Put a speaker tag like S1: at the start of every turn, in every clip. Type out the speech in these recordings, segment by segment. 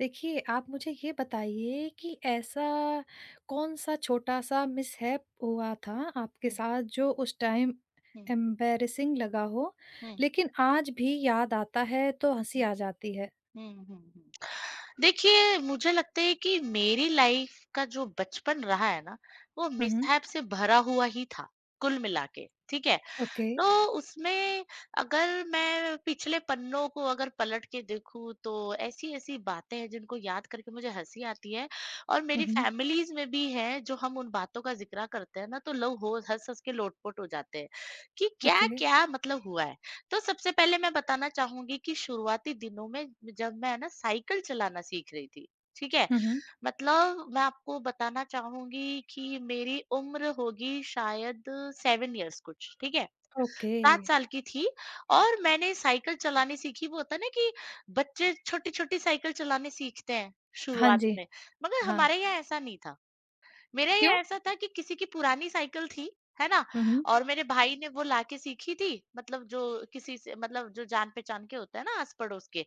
S1: देखिए, आप मुझे ये बताइए कि ऐसा कौन-सा छोटा-सा मिसहैप हुआ था आपके
S2: हुँ,
S1: साथ जो उस टाइम
S2: हुँ,
S1: एम्बैरेसिंग लगा हो,
S2: हुँ,
S1: लेकिन आज भी याद आता है तो हँसी
S2: हुँ,
S1: आ जाती है?
S2: हुँ, हुँ, हुँ। देखिए, मुझे लगता है कि मेरी लाइफ़ का जो बचपन रहा है ना, वो
S1: हुँ, हुँ।
S2: मिसहैप से भरा हुआ ही था, कुल मिला के, ठीक है?
S1: ओके।
S2: तो उसमें अगर मैं पिछले पन्नों को अगर पलट के देखूं तो ऐसी-ऐसी बातें हैं जिनको याद करके मुझे हँसी आती है और
S1: हुँ,
S2: मेरी
S1: हुँ।
S2: फैमिलीज़ में भी है जो हम उन बातों का ज़िक्र करते हैं ना तो लोग हो हँस-हँस के लोटपोट हो जाते हैं कि
S1: ओके।
S2: क्या-क्या मतलब हुआ है। तो सबसे पहले मैं बताना चाहूँगी कि शुरुआती दिनों में जब मैं ना साइकिल चलाना सीख रही थी, ठीक है?
S1: हुँ, हुँ।
S2: मतलब मैं आपको बताना चाहूँगी कि मेरी उम्र होगी शायद 7 इयर्स कुछ, ठीक है?
S1: ओके।
S2: 7 साल की थी और मैंने साइकिल चलानी सीखी वो होता है ना कि बच्चे छोटी-छोटी साइकिल चलाने सीखते हैं
S1: हाँ
S2: शुरुआत
S1: जी।
S2: में, मगर
S1: हाँ।
S2: हमारे यहाँ ऐसा नहीं था। मेरा ये
S1: क्यों?
S2: ऐसा था कि किसी की पुरानी साइकिल थी, है ना?
S1: हुँ, हुँ।
S2: और मेरे भाई ने वो लाके सीखी थी, मतलब जो किसी से मतलब जो जान-पहचान के होते हैं ना आस-पड़ोस के।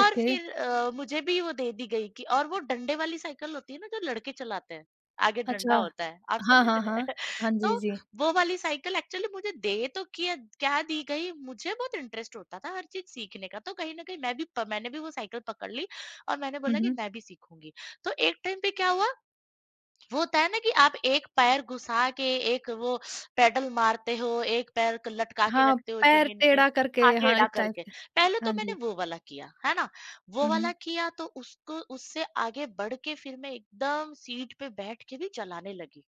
S2: और
S1: ओके।
S2: फिर मुझे भी वो दे दी गई कि और वो डंडे वाली साइकिल होती है ना जो लड़के चलाते हैं, आगे डंडा
S1: अच्छा।
S2: होता है, आप
S1: हाँ,
S2: समझ
S1: हाँ,
S2: रहे
S1: हाँ।
S2: हैं?
S1: हाँ
S2: तो
S1: जी, जी।
S2: वो वाली साइकिल एक्चुअली मुझे दे तो किया क्या दी गई, मुझे बहुत इंटरेस्ट होता था हर चीज़ सीखने का, तो कहीं न कहीं मैंने भी वो साइकिल पकड़ ली और मैंने
S1: हुँ,
S2: बोला कि
S1: हुँ।
S2: मैं भी सीखूँगी। तो एक टाइम पे क्या हुआ वो होता है ना कि आप एक पैर घुसा के एक वो पेडल मारते हो, एक पैर क लटका के
S1: हाँ,
S2: रखते हो
S1: पैर
S2: ज़मीन पे,
S1: टेढ़ा
S2: हाँ,
S1: करके हाँ,
S2: टेढ़ा
S1: इस टाइप
S2: करके।
S1: से।
S2: पहले तो
S1: हाँ
S2: मैंने
S1: जी।
S2: वो वाला किया, है ना? वो
S1: हुँ,
S2: वाला
S1: हुँ।
S2: किया तो उसको उससे आगे बढ़ के फिर मैं एकदम सीट पे बैठ के भी चलाने लगी,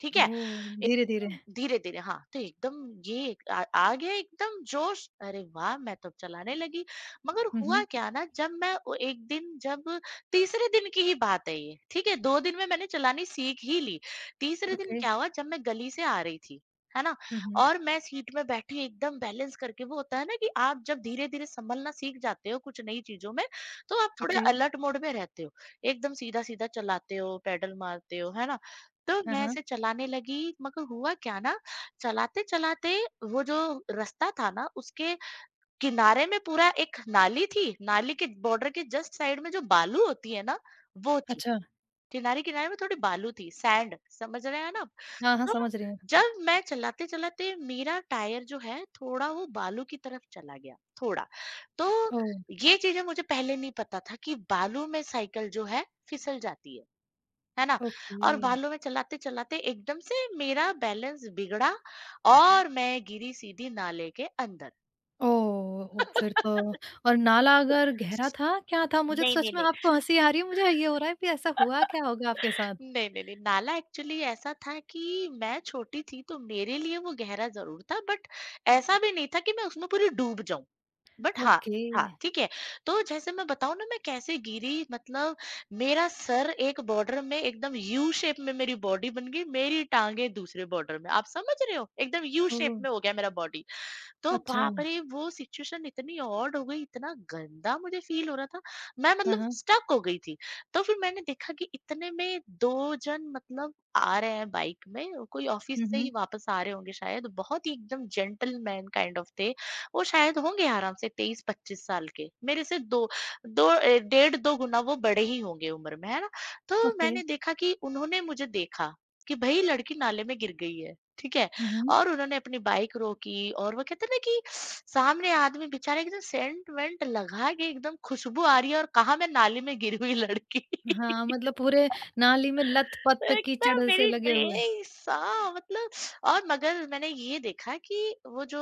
S2: ठीक है?
S1: ओह! धीरे-धीरे।
S2: एकदम धीरे-धीरे हाँ, तो एकदम ये आ आ गया एकदम जोश, अरे वाह! मैं तो चलाने लगी। मगर
S1: हुँ,
S2: हुआ
S1: हुँ।
S2: क्या ना जब मैं ओ एक दिन जब तीसरे दिन की ही बात है ये, ठीक है? 2 दिन में मैंने चलानी सीख ही ली। तीसरे दिन
S1: ओके।
S2: क्या हुआ जब मैं गली से आ रही थी, है ना?
S1: हुँ, हुँ।
S2: और मैं सीट में बैठी एकदम बैलेंस करके वो होता है ना कि आप जब धीरे-धीरे संभलना सीख जाते हो कुछ नई चीज़ों में, तो आप थोड़े
S1: ओके।
S2: अलर्ट मोड में रहते हो। एकदम सीधा-सीधा चलाते हो, पैडल मारते हो, है ना? तो
S1: हाँ,
S2: मैं
S1: हाँ।
S2: ऐसे चलाने लगी मगर हुआ क्या ना, चलाते-चलाते वो जो रास्ता था ना उसके किनारे में पूरा एक नाली थी, नाली के बॉर्डर के जस्ट साइड में जो बालू होती है ना, वो थी।
S1: अच्छा।
S2: किनारे-किनारे में थोड़ी बालू थी, सैंड समझ रहे हैं ना आप?
S1: हाँ, हाँ,
S2: तो
S1: समझ रही हूँ।
S2: जब मैं चलाते-चलाते मेरा टायर जो है थोड़ा वो बालू की तरफ चला गया, थोड़ा। तो
S1: ओह!
S2: ये चीज़ें मुझे पहले नहीं पता था कि बालू में साइकिल जो है फिसल जाती है ना?
S1: ओके।
S2: और बालू में चलाते-चलाते एकदम से मेरा बैलेंस बिगड़ा और मैं गिरी सीधी नाले के अंदर।
S1: ओह! फिर तो और नाला अगर गहरा था, क्या था? मुझे तो
S2: नहीं, नहीं,
S1: सच में
S2: नहीं।
S1: आपको हँसी आ रही है, मुझे ये हो रहा है कि ऐसा हुआ क्या होगा आपके साथ?
S2: नहीं, नहीं, नहीं, नाला एक्चुअली ऐसा था कि मैं छोटी थी तो मेरे लिए वो गहरा ज़रूर था बट ऐसा भी नहीं था कि मैं उसमें पूरी डूब जाऊँ। बट हाँ,
S1: ओके।
S2: हाँ, ठीक है। तो जैसे मैं बताऊँ ना मैं कैसे गिरी मतलब मेरा सर एक बॉर्डर में एकदम यू शेप में मेरी बॉडी बन गई, मेरी टाँगें दूसरे बॉर्डर में। आप समझ रहे हो? एकदम यू शेप
S1: ओह!
S2: में हो गया मेरा बॉडी। तो
S1: अच्छा।
S2: बाप रे! वो सिचुएशन इतनी ऑड हो गई, इतना गंदा मुझे फ़ील हो रहा था, मैं
S1: हाँ,
S2: मतलब
S1: हाँ।
S2: स्टक हो गई थी। तो फिर मैंने देखा कि इतने में 2 जन मतलब आ रहे हैं बाइक में, वो कोई ऑफ़िस
S1: हुँ,
S2: से ही
S1: हुँ।
S2: वापस आ रहे होंगे शायद, बहुत ही एकदम जेंटलमैन काइंड ऑफ थे। वो शायद होंगे आराम से 23-25 साल के, मेरे से 2 2 डेढ़ 2 गुना वो बड़े ही होंगे उम्र में, है ना? तो
S1: ओके।
S2: मैंने देखा कि उन्होंने मुझे देखा कि भई लड़की नाले में गिर गई है, ठीक है?
S1: हुँ, हुँ।
S2: और उन्होंने अपनी बाइक रोकी और वो कहते हैं ना कि सामने आदमी बेचारे एकदम सेंट वेंट लगा के एकदम खुशबू आ रही है और कहा मैं नाली में गिरी हुई लड़की
S1: हाँ, मतलब पूरे नाली में लत-पत
S2: तो इतना
S1: कीचड़ से
S2: मेरी
S1: लगे हुए।
S2: ड्रेस सा मतलब और मगर मैंने ये देखा कि वो जो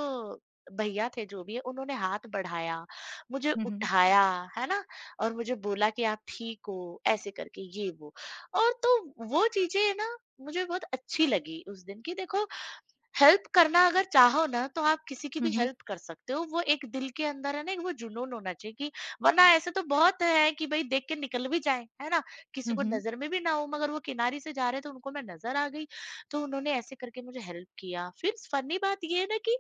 S2: भैया थे जो भी है उन्होंने हाथ बढ़ाया मुझे
S1: हुँ, हुँ।
S2: उठाया है ना और मुझे बोला कि आप ठीक हो ऐसे करके ये वो और तो वो चीजें ना मुझे बहुत अच्छी लगी उस दिन की देखो हेल्प करना अगर चाहो ना तो आप किसी की
S1: हुँ,
S2: भी
S1: हुँ।
S2: हेल्प कर सकते हो। वो एक दिल के अंदर है ना, एक वो जुनून होना चाहिए कि वरना ऐसे तो बहुत है कि भई देख के निकल भी जाएँ, है ना? किसी
S1: हुँ,
S2: को
S1: हुँ।
S2: नज़र में भी ना हो मगर वो किनारे से जा रहे तो उनको मैं नज़र आ गई, तो उन्होंने ऐसे करके मुझे हेल्प किया। फिर फ़नी बात ये है ना कि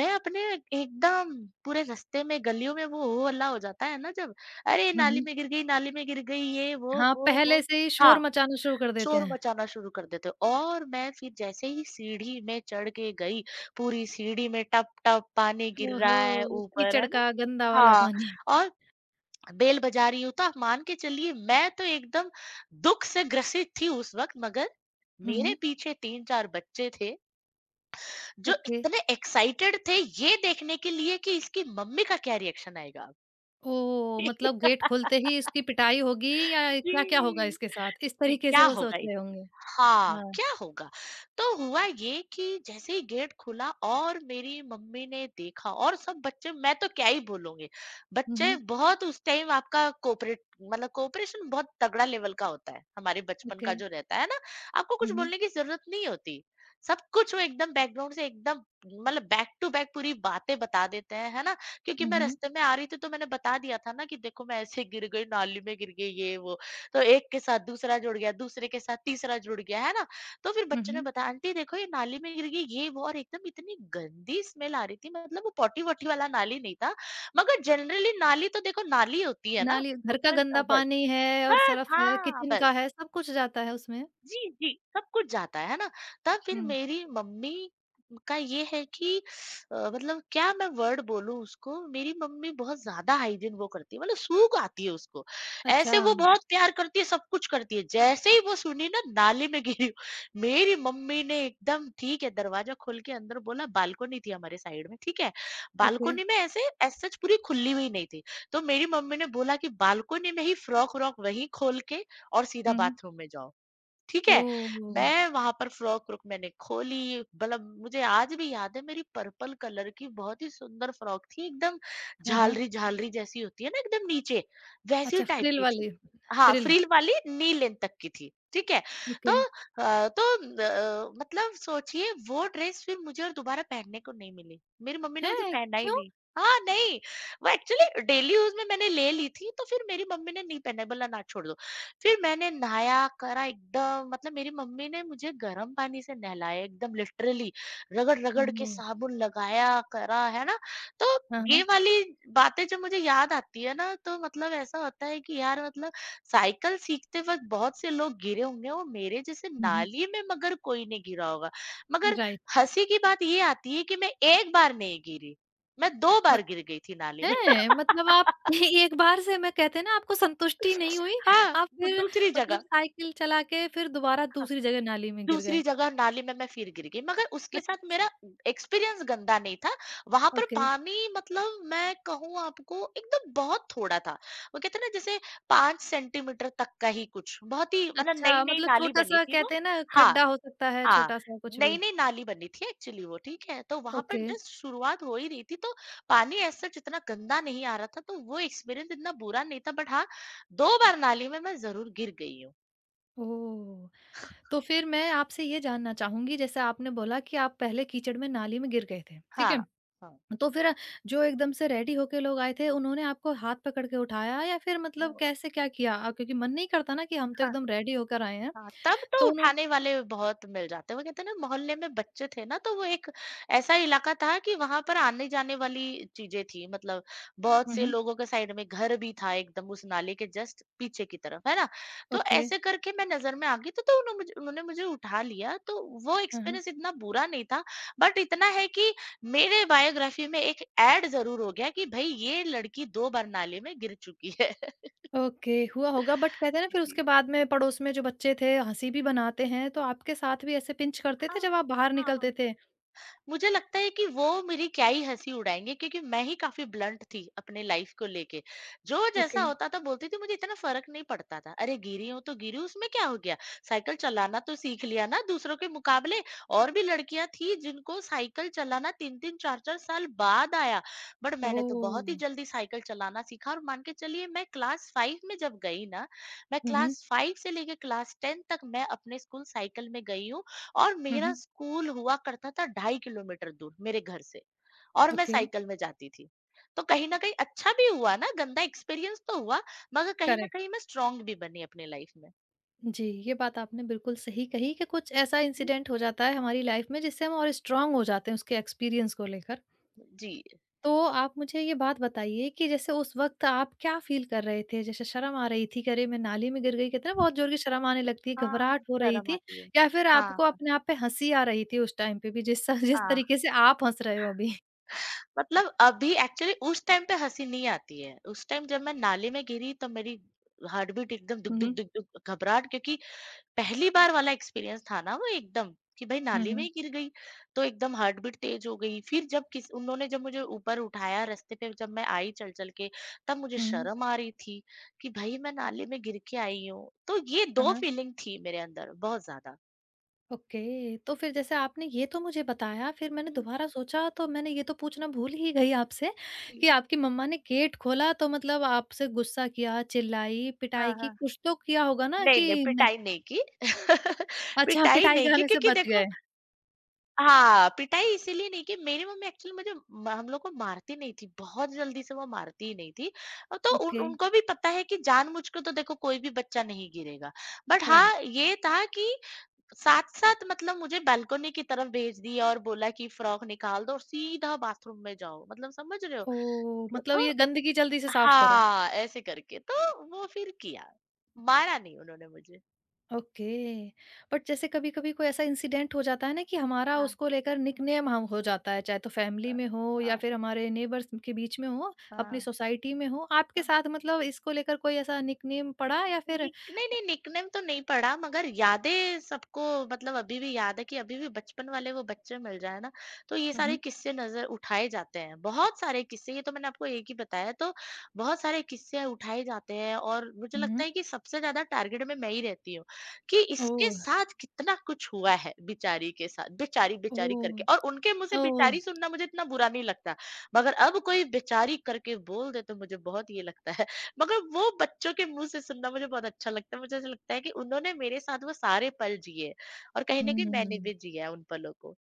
S2: मैं अपने एकदम पूरे रास्ते में गलियों में वो हो हल्ला हो जाता है ना जब, "अरे!
S1: हुँ,
S2: नाली
S1: हुँ।
S2: में गिर गई, नाली में गिर गई" ये
S1: हाँ,
S2: वो,
S1: पहले
S2: वो।
S1: से ही
S2: हाँ।
S1: शोर मचाना शुरू कर देते
S2: शोर
S1: हैं।
S2: मचाना शुरू कर देते हो और मैं फिर जैसे ही सीढ़ी में चढ़ के गई, पूरी सीढ़ी में टप-टप पानी गिर
S1: ओहो!
S2: रहा है ऊपर,
S1: कीचड़
S2: है ना?
S1: का गंदा वाला
S2: हाँ,
S1: पानी।
S2: और बेल बजा रही हूँ तो आप मान के चलिए मैं तो एकदम दुःख से ग्रसित थी उस वक़्त मगर मेरे
S1: हुँ।
S2: पीछे 3-4 बच्चे थे, जो
S1: ओके।
S2: इतने एक्साइटेड थे ये देखने के लिए कि इसकी मम्मी का क्या रिएक्शन आएगा?
S1: ओह! मतलब गेट खुलते ही इसकी पिटाई होगी या क्या-क्या होगा
S2: जी,
S1: इसके साथ? इस
S2: जी,
S1: तरीके से
S2: क्या
S1: वो सोच
S2: होगा इस
S1: रहे होंगे।
S2: हाँ
S1: हाँ।
S2: क्या होगा तो हुआ ये कि जैसे ही गेट खुला और मेरी मम्मी ने देखा और सब बच्चे मैं तो क्या ही बोलूंगी
S1: हुँ,
S2: बच्चे
S1: हुँ।
S2: बहुत उस टाइम आपका कोऑपरेट मतलब कोऑपरेशन बहुत तगड़ा लेवल का होता है हमारे बचपन
S1: ओके।
S2: का जो रहता है ना आपको
S1: हुँ,
S2: कुछ
S1: हुँ।
S2: बोलने की जरूरत नहीं होती सब कुछ वो एकदम बैकग्राउंड से एकदम मतलब बैक टू बैक पूरी बातें बता देते हैं है ना क्योंकि
S1: हुँ,
S2: मैं
S1: हुँ।
S2: रास्ते में आ रही थी तो मैंने बता दिया था ना कि देखो मैं ऐसे गिर गई नाली में गिर गई ये वो तो एक के साथ दूसरा जुड़ गया, दूसरे के साथ तीसरा जुड़ गया, है ना? तो फिर
S1: हुँ,
S2: बच्चों ने
S1: हुँ।
S2: बताया आंटी देखो ये नाली में गिर गई ये वो और एकदम इतनी गंदी स्मेल आ रही थी मतलब वो पॉटी-वॉटी वाला नाली नहीं था। मगर जनरली नाली तो देखो नाली होती है ना?
S1: नाली घर का
S2: उसमें
S1: गंदा
S2: बस
S1: पानी है और
S2: बस
S1: सर्फ है,
S2: हाँ,
S1: किचन का
S2: बस।
S1: है, सब कुछ जाता है उसमें।
S2: जी, जी, सब कुछ जाता है ना? तब फिर
S1: हुँ।
S2: मेरी मम्मी का ये है कि मतलब क्या मैं वर्ड बोलूँ उसको, मेरी मम्मी बहुत ज़्यादा हाइजीन वो करती है, मतलब सूँघ आती है उसको।
S1: अच्छा,
S2: ऐसे वो बहुत प्यार करती है, सब कुछ करती है, जैसे ही वो सुनी ना नाली में गिरी। मेरी मम्मी ने एकदम ठीक है, दरवाज़ा खोल के अंदर बोला बालकनी थी हमारे साइड में, ठीक है?
S1: ओके।
S2: बालकनी में ऐसे एज़ सच पूरी खुली हुई नहीं थी, तो मेरी मम्मी ने बोला कि बालकनी में ही फ्रॉक-व्रॉक वहीं खोल के और सीधा
S1: हुँ, हुँ।
S2: बाथरूम में जाओ। ठीक है?
S1: ओह!
S2: मैं वहाँ पर फ्रॉक-व्रॉक मैंने खोली, मतलब मुझे आज भी याद है मेरी पर्पल कलर की बहुत ही सुंदर फ्रॉक थी, एकदम
S1: हाँ, हाँ।
S2: झालरी-झालरी जैसी होती है ना एकदम नीचे, वैसी
S1: अच्छा
S2: टाइप
S1: फ्रिल
S2: की थी।
S1: वाली,
S2: हाँ,
S1: फ्रिल
S2: फ्रिल वाली नी लेंथ तक की थी, ठीक है? तो
S1: ओके।
S2: अ, तो मतलब सोचिए वो ड्रेस फिर मुझे और दोबारा पहनने को नहीं मिली। मेरी मम्मी ने मुझे
S1: हैं?
S2: पहना ही
S1: क्यों?
S2: नहीं। हाँ, नहीं, वो एक्चुअली डेली यूज़ में मैंने ले ली थी, तो फिर मेरी मम्मी ने नहीं पहना, बोला ना छोड़ दो। फिर मैंने नहाया, करा एकदम मतलब मेरी मम्मी ने मुझे गर्म पानी से नहलाया एकदम लिटरली, रगड़-रगड़ के
S1: ओह!
S2: साबुन लगाया, करा, है ना? तो
S1: हाँ,
S2: ये
S1: हाँ।
S2: वाली बातें जब मुझे याद आती है ना, तो मतलब ऐसा होता है कि यार, मतलब साइकिल सीखते वक़्त बहुत से लोग गिरे होंगे और मेरे जैसे
S1: हुँ, हुँ।
S2: नाली में मगर कोई नहीं गिरा होगा। मगर
S1: राइट।
S2: हँसी की बात ये आती है कि मैं 1 बार नहीं गिरी, मैं 2
S1: म
S2: बार गिर गई थी नाली में।
S1: हैं! मतलब आप एक बार से मैं कहते हैं ना आपको संतुष्टि नहीं हुई,
S2: हाँ,
S1: आप
S2: वो
S1: फिर
S2: दूसरी
S1: मतलब
S2: जगह।
S1: साइकिल चला के फिर दोबारा दूसरी जगह नाली में गिर गए।
S2: दूसरी जगह नाली में मैं फिर गिर गई, मगर उसके
S1: अच
S2: साथ मेरा एक्सपीरियंस गंदा नहीं था। वहां पर
S1: ओके।
S2: पानी, मतलब मैं कहूँ आपको, एकदम बहुत थोड़ा था। वो कहते हैं ना, जैसे 5 सेंटीमीटर तक का ही, कुछ बहुत ही, मतलब नई
S1: अच्छा,
S2: नई
S1: मतलब
S2: नाली बनी
S1: छोटा-सा
S2: थी वो।
S1: कहते हैं ना
S2: हाँ
S1: खड्डा हो सकता है,
S2: हाँ,
S1: छोटा-सा कुछ भी।
S2: नई नई नाली बनी थी एक्चुअली वो, ठीक है, तो वहां पर
S1: ओके।
S2: जस्ट शुरुआत हो ही रही थी, तो पानी ऐसा इतना गंदा नहीं आ रहा था, तो वो एक्सपीरियंस इतना बुरा नहीं था, बट हाँ, 2 बार नाली में मैं जरूर गिर गई हूँ।
S1: ओह! तो फिर मैं आपसे ये जानना चाहूँगी जैसे आपने बोला कि आप पहले कीचड़ में नाली में गिर गए थे, ठीक
S2: हाँ
S1: है?
S2: हाँ
S1: तो फिर जो एकदम से रेडी होके लोग आए थे, उन्होंने आपको हाथ पकड़ के उठाया या फिर मतलब कैसे क्या किया? अ, क्योंकि मन नहीं करता ना कि हम तो
S2: हाँ,
S1: एकदम रेडी होकर आए हैं।
S2: हाँ, तब तो
S1: तो उन्हों
S2: उठाने वाले बहुत मिल जाते हैं। वो कहते हैं ना, मोहल्ले में बच्चे थे ना, तो वो एक ऐसा इलाका था कि वहां पर आने जाने वाली चीजें थी, मतलब बहुत
S1: हुँ,
S2: से
S1: हुँ।
S2: लोगों के साइड में घर भी था एकदम उस नाले के जस्ट पीछे की तरफ, है ना, तो
S1: ओके।
S2: ऐसे करके मैं नजर में आ गई, तो उन्होंने मुझे उठा लिया, तो वो
S1: हाँ, हाँ।
S2: एक्सपीरियंस इतना बुरा नहीं था, बट इतना है कि मेरे बायोग्राफी में एक ऐड जरूर हो गया कि भाई ये लड़की 2 बार नाले में गिर चुकी है।
S1: ओके, हुआ होगा बट कहते हैं ना फिर
S2: जी,
S1: उसके बाद में पड़ोस में जो बच्चे थे, हँसी भी बनाते हैं, तो आपके साथ भी ऐसे पिंच करते थे
S2: हाँ
S1: जब आप बाहर
S2: हाँ हाँ,
S1: निकलते थे?
S2: मुझे लगता है कि वो मेरी क्या ही हँसी उड़ाएँगे, क्योंकि मैं ही काफ़ी ब्लंट थी अपने लाइफ़ को लेके। जो
S1: ओके।
S2: जैसा होता था बोलती थी, मुझे इतना फ़र्क नहीं पड़ता था। अरे! गिरी हूँ तो गिरी हूँ, उसमें क्या हो गया? साइकिल चलाना तो सीख लिया ना दूसरों के मुकाबले। और भी लड़कियाँ थी जिनको साइकिल चलाना 3-3 4-4 साल बाद आया। बट मैंने तो बहुत ही
S1: ओह!
S2: जल्दी साइकिल चलाना सीखा, और मान के चलिए, मैं क्लास 5 में जब गई ना, मैं
S1: हुँ, हुँ।
S2: क्लास 5 से लेके क्लास 10 तक मैं अपने स्कूल साइकिल में गई हूँ, और
S1: हुँ,
S2: मेरा
S1: हुँ।
S2: स्कूल हुआ करता था 2.5 किलोमीटर दूर मेरे घर से, और मैं
S1: ओके,
S2: साइकिल में जाती थी, तो कहीं ना कहीं अच्छा भी हुआ ना, गंदा एक्सपीरियंस तो हुआ, मगर कहीं ना
S1: करेक्ट।
S2: कहीं मैं स्ट्रांग भी बनी अपने लाइफ में।
S1: जी, ये बात आपने बिल्कुल सही कही कि कुछ ऐसा
S2: हम्म,
S1: इंसिडेंट हो जाता है हमारी लाइफ़ में जिससे हम और स्ट्रॉन्ग हो जाते हैं उसके एक्सपीरियंस को लेकर।
S2: जी,
S1: तो आप मुझे ये बात बताइए कि जैसे उस वक़्त आप क्या फ़ील कर रहे थे? जैसे शर्म आ रही थी कि अरे मैं नाली में गिर गई कहते हैं ना बहुत ज़ोर की शर्म आने लगती है,
S2: हाँ,
S1: घबराहट हो रही
S2: शर्म
S1: थी
S2: आती है।
S1: या फिर
S2: हाँ
S1: आपको
S2: हाँ
S1: अपने आप पे हँसी आ रही थी उस टाइम पे भी जिस जिस
S2: हाँ,
S1: तरीके से आप हँस रहे हो अभी?
S2: मतलब अभी, एक्चुअली उस टाइम पे हंसी नहीं आती है। उस टाइम जब मैं नाले में गिरी तो मेरी हार्ट बीट एकदम दुख
S1: हुँ,
S2: दुख
S1: हुँ।
S2: दुख दुख, घबराहट, क्योंकि पहली बार वाला एक्सपीरियंस था ना वो, एकदम कि भाई
S1: हुँ,
S2: नाली में ही
S1: हुँ।
S2: गिर गई, तो एकदम हार्ट बीट तेज हो गई। फिर जब किस उन्होंने जब मुझे ऊपर उठाया, रास्ते पे जब मैं आई चल चल के, तब मुझे
S1: हुँ, हुँ।
S2: शर्म आ रही थी कि भाई मैं नाले में गिर के आई हूँ। तो ये
S1: हाँ,
S2: दो
S1: हाँ।
S2: फीलिंग थी मेरे अंदर बहुत ज्यादा।
S1: ओके, तो फिर जैसे आपने ये तो मुझे बताया फिर मैंने
S2: हम्म,
S1: दोबारा सोचा तो मैंने ये तो पूछना भूल ही गई आपसे कि आपकी मम्मा ने गेट खोला तो मतलब आपसे गुस्सा किया, चिल्लाई,
S2: हाँ
S1: पिटाई की,
S2: हाँ,
S1: कुछ तो किया होगा ना
S2: नहीं नहीं,
S1: कि न
S2: पिटाई नहीं की।
S1: अच्छा,
S2: पिटाई
S1: पिटाई
S2: नहीं की,
S1: खाने से
S2: क्योंकि
S1: बच
S2: देखो,
S1: गए।
S2: हाँ, पिटाई इसीलिए नहीं कि मेरी मम्मी एक्चुअली मुझे, म हम लोग को मारती नहीं थी, बहुत जल्दी से वो मारती ही नहीं थी। तो
S1: ओके।
S2: उन उनको भी पता है कि जानबूझ के तो देखो कोई भी बच्चा नहीं गिरेगा। But
S1: right.
S2: हाँ, ये था कि साथ-साथ मतलब मुझे बालकनी की तरफ भेज दिया और बोला कि फ्रॉक निकाल दो और सीधा बाथरूम में जाओ, मतलब समझ रहे हो?
S1: ओह! मतलब
S2: तो
S1: ये गंदगी जल्दी से साफ करो।
S2: हाँ, ऐसे करके तो वो फिर किया। मारा नहीं उन्होंने मुझे।
S1: ओके। बट जैसे कभी-कभी कोई ऐसा इंसिडेंट हो जाता है ना कि हमारा
S2: हाँ,
S1: उसको लेकर निकनेम हम हो जाता है, चाहे तो
S2: अ,
S1: फैमिली में हो या
S2: हाँ,
S1: फिर हमारे नेबर्स के बीच में हो, अपनी
S2: हाँ,
S1: सोसाइटी में हो। आपके
S2: हाँ।
S1: साथ मतलब इसको लेकर कोई ऐसा निकनेम पड़ा या फिर
S2: निक नहीं, नहीं, निकनेम तो नहीं पड़ा, मगर यादें सबको, मतलब अभी भी याद है कि अभी भी बचपन वाले वो बच्चे मिल जाए ना, तो ये
S1: हुँ,
S2: सारे
S1: हुँ।
S2: किस्से नज़र उठाए जाते हैं। बहुत सारे किस्से, ये तो मैंने आपको एक ही बताया, तो बहुत सारे किस्से उठाए जाते हैं, और मुझे लगता
S1: हुँ।
S2: है कि सबसे ज़्यादा टारगेट में मैं ही रहती हूँ, कि इसके
S1: ओह!
S2: साथ कितना कुछ हुआ है बेचारी के साथ, बेचारी, बेचारी
S1: ओह!
S2: करके, और उनके मुँह से
S1: ओह!
S2: बेचारी सुनना मुझे इतना बुरा नहीं लगता, मगर अब कोई बेचारी करके बोल दे तो मुझे बहुत ये लगता है, मगर वो बच्चों के मुँह से सुनना मुझे बहुत अच्छा लगता है। मुझे ऐसा लगता है कि उन्होंने मेरे साथ वो सारे पल जिए, और कहीं न कहीं मैंने
S1: हुँ।
S2: भी जिया उन पलों को।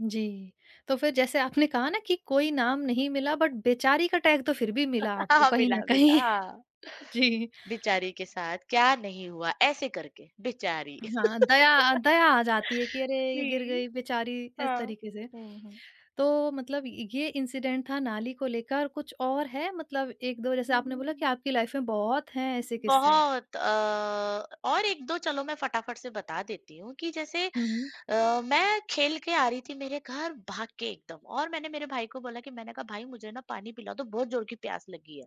S1: जी। तो फिर जैसे आपने कहा ना कि कोई नाम नहीं मिला बट बेचारी का टैग तो फिर भी मिला आपको
S2: हाँ,
S1: कहीं
S2: मिला,
S1: न कहीं।
S2: मिला, हाँ।
S1: जी,
S2: बेचारी के साथ क्या नहीं हुआ, ऐसे करके बेचारी।
S1: हाँ, दया दया आ जाती है कि अरे! ये गिर
S2: जी,
S1: गई बेचारी,
S2: हाँ।
S1: इस तरीके से।
S2: हुँ, हुँ।
S1: तो मतलब ये इंसिडेंट था नाली को लेकर, कुछ और है मतलब 1-2 जैसे
S2: हुँ,
S1: आपने बोला कि
S2: हुँ।
S1: आपकी लाइफ में बहुत हैं ऐसे किस्से।
S2: बहुत, और 1-2, चलो मैं फटाफट से बता देती हूँ। कि जैसे,
S1: हुँ, हुँ।
S2: मैं खेल के आ रही थी मेरे घर, भाग के एकदम, और मैंने मेरे भाई को बोला कि, मैंने कहा भाई मुझे ना पानी पिला दो, बहुत ज़ोर की प्यास लगी है।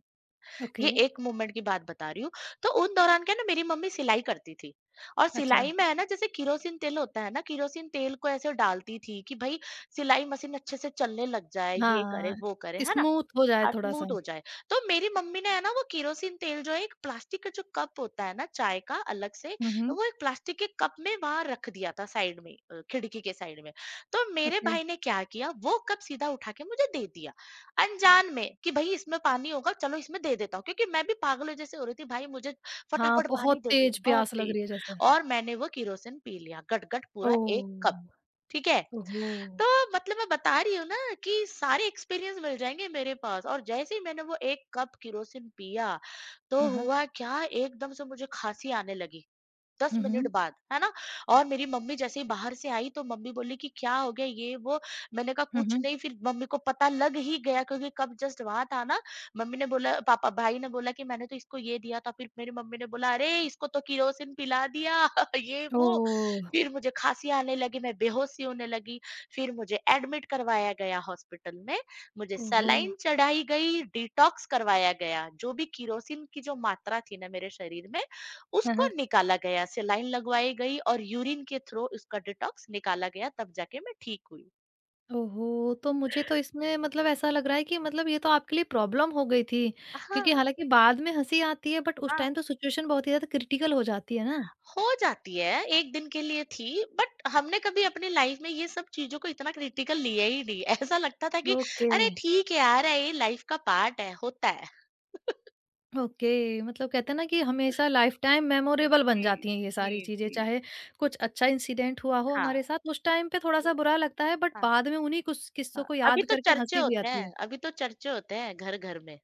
S1: ओके,
S2: ये एक मूवमेंट की बात बता रही हूँ। तो उन दौरान क्या है ना, मेरी मम्मी सिलाई करती थी, और
S1: अच्छा।
S2: सिलाई में है ना जैसे केरोसिन तेल होता है ना, केरोसिन तेल को ऐसे डालती थी कि भई सिलाई मशीन अच्छे से चलने लग जाए, ये करे,
S1: हाँ,
S2: वो करे, है ना?
S1: स्मूथ हो जाए
S2: हाँ,
S1: थोड़ा-सा।
S2: स्मूथ हो जाए। तो मेरी मम्मी ने है ना वो केरोसिन तेल जो है, एक प्लास्टिक का जो कप होता है ना चाय का अलग से,
S1: हुँ, हुँ,
S2: वो एक प्लास्टिक के कप में वहाँ रख दिया था साइड में, खिड़की के साइड में। तो मेरे
S1: ओके।
S2: भाई ने क्या किया, वो कप सीधा उठा के मुझे दे दिया, अनजान में कि भई इसमें पानी होगा, चलो इसमें दे देता हूँ, क्योंकि मैं भी पागलों जैसे हो रही थी, भाई मुझे
S1: हाँ,
S2: फटाफट
S1: बहुत
S2: पानी दे दे,
S1: तेज़
S2: बहुत
S1: प्यास लग
S2: तेज़।
S1: रही है जैसे।
S2: और मैंने वो केरोसिन पी लिया गट-गट, पूरा 1
S1: ओह!
S2: कप, ठीक है?
S1: ओहो!
S2: तो मतलब मैं बता रही हूँ ना कि सारे एक्सपीरियंस मिल जाएंगे मेरे पास। और जैसे ही मैंने वो 1 कप केरोसिन पिया, तो
S1: हाँ, हाँ।
S2: हुआ क्या, एकदम से मुझे खांसी आने लगी 10
S1: हुँ,
S2: मिनट
S1: हुँ।
S2: बाद, है ना? और मेरी मम्मी जैसे ही बाहर से आई, तो मम्मी बोली कि क्या हो गया, ये वो? मैंने कहा
S1: हुँ,
S2: कुछ
S1: हुँ।
S2: नहीं। फिर मम्मी को पता लग ही गया, क्योंकि कब जस्ट वहाँ था ना, मम्मी ने बोला पापा, भाई ने बोला कि मैंने तो इसको ये दिया था, फिर मेरी मम्मी ने बोला, अरे! इसको तो केरोसिन पिला दिया। ये वो।
S1: ओह!
S2: फिर मुझे खाँसी आने लगी, मैं बेहोश सी होने लगी, फिर मुझे एडमिट करवाया गया हॉस्पिटल में, मुझे
S1: ओहो!
S2: सलाइन चढ़ाई गई, डिटॉक्स करवाया गया, जो भी केरोसिन की जो मात्रा थी ना मेरे शरीर में
S1: हाँ,
S2: उसको
S1: हाँ।
S2: निकाला गया, सेलाइन लगवाई गई, और यूरिन के थ्रू उसका डिटॉक्स निकाला गया, तब जाके मैं ठीक हुई।
S1: ओहो! तो मुझे तो इसमें मतलब ऐसा लग रहा है कि मतलब ये तो आपके लिए प्रॉब्लम हो गई थी,
S2: हाँ,
S1: क्योंकि हालाँकि बाद में हँसी आती है बट उस
S2: हाँ।
S1: टाइम तो सिचुएशन बहुत ही ज़्यादा क्रिटिकल हो जाती है ना।
S2: हो जाती है, 1 दिन के लिए थी, बट हमने कभी अपनी लाइफ में ये सब चीज़ों को इतना क्रिटिकल लिया ही नहीं। ऐसा लगता था कि
S1: ओके,
S2: अरे ठीक है यार, ये लाइफ का पार्ट है, होता है।
S1: ओके मतलब कहते हैं ना कि हमेशा लाइफ़टाइम मेमोरेबल बन
S2: जी,
S1: जाती हैं ये सारी
S2: जी,
S1: चीज़ें,
S2: जी।
S1: चाहे कुछ अच्छा इंसिडेंट हुआ हो
S2: हाँ।
S1: हमारे साथ, उस टाइम पे
S2: तो
S1: थोड़ा-सा बुरा लगता है बट
S2: हाँ,
S1: बाद में उन्हीं कुछ किस्सों
S2: हाँ।
S1: को
S2: अभी
S1: याद
S2: तो
S1: करके
S2: चर्चे
S1: हँसी भी
S2: होते
S1: आती है।
S2: हैं, अभी तो चर्चे होते हैं घर-घर में।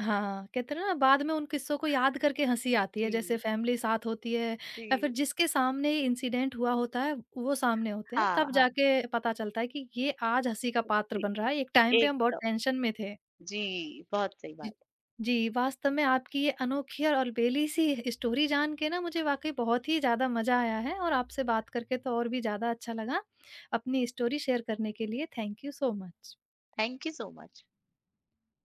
S1: हाँ, कहते हैं ना बाद में उन किस्सों को याद करके हँसी आती है, जैसे
S2: जी,
S1: फैमिली साथ होती है या
S2: जी।
S1: फिर जिसके सामने ये इंसिडेंट हुआ होता है, वो सामने होते हैं,
S2: हाँ,
S1: तब
S2: हाँ।
S1: जाके पता चलता है कि ये आज हँसी का पात्र
S2: जी,
S1: बन रहा है, एक टाइम पे हम बहुत
S2: एकदम।
S1: टेंशन में थे।
S2: जी, बहुत सही
S1: जी,
S2: बात।
S1: जी, वास्तव में आपकी ये अनोखी और अलबेली सी स्टोरी जान के ना मुझे वाक़ई बहुत ही ज़्यादा मज़ा आया है और आपसे बात करके तो और भी ज़्यादा अच्छा लगा। अपनी स्टोरी शेयर करने के लिए thank you so much.
S2: Thank you so much.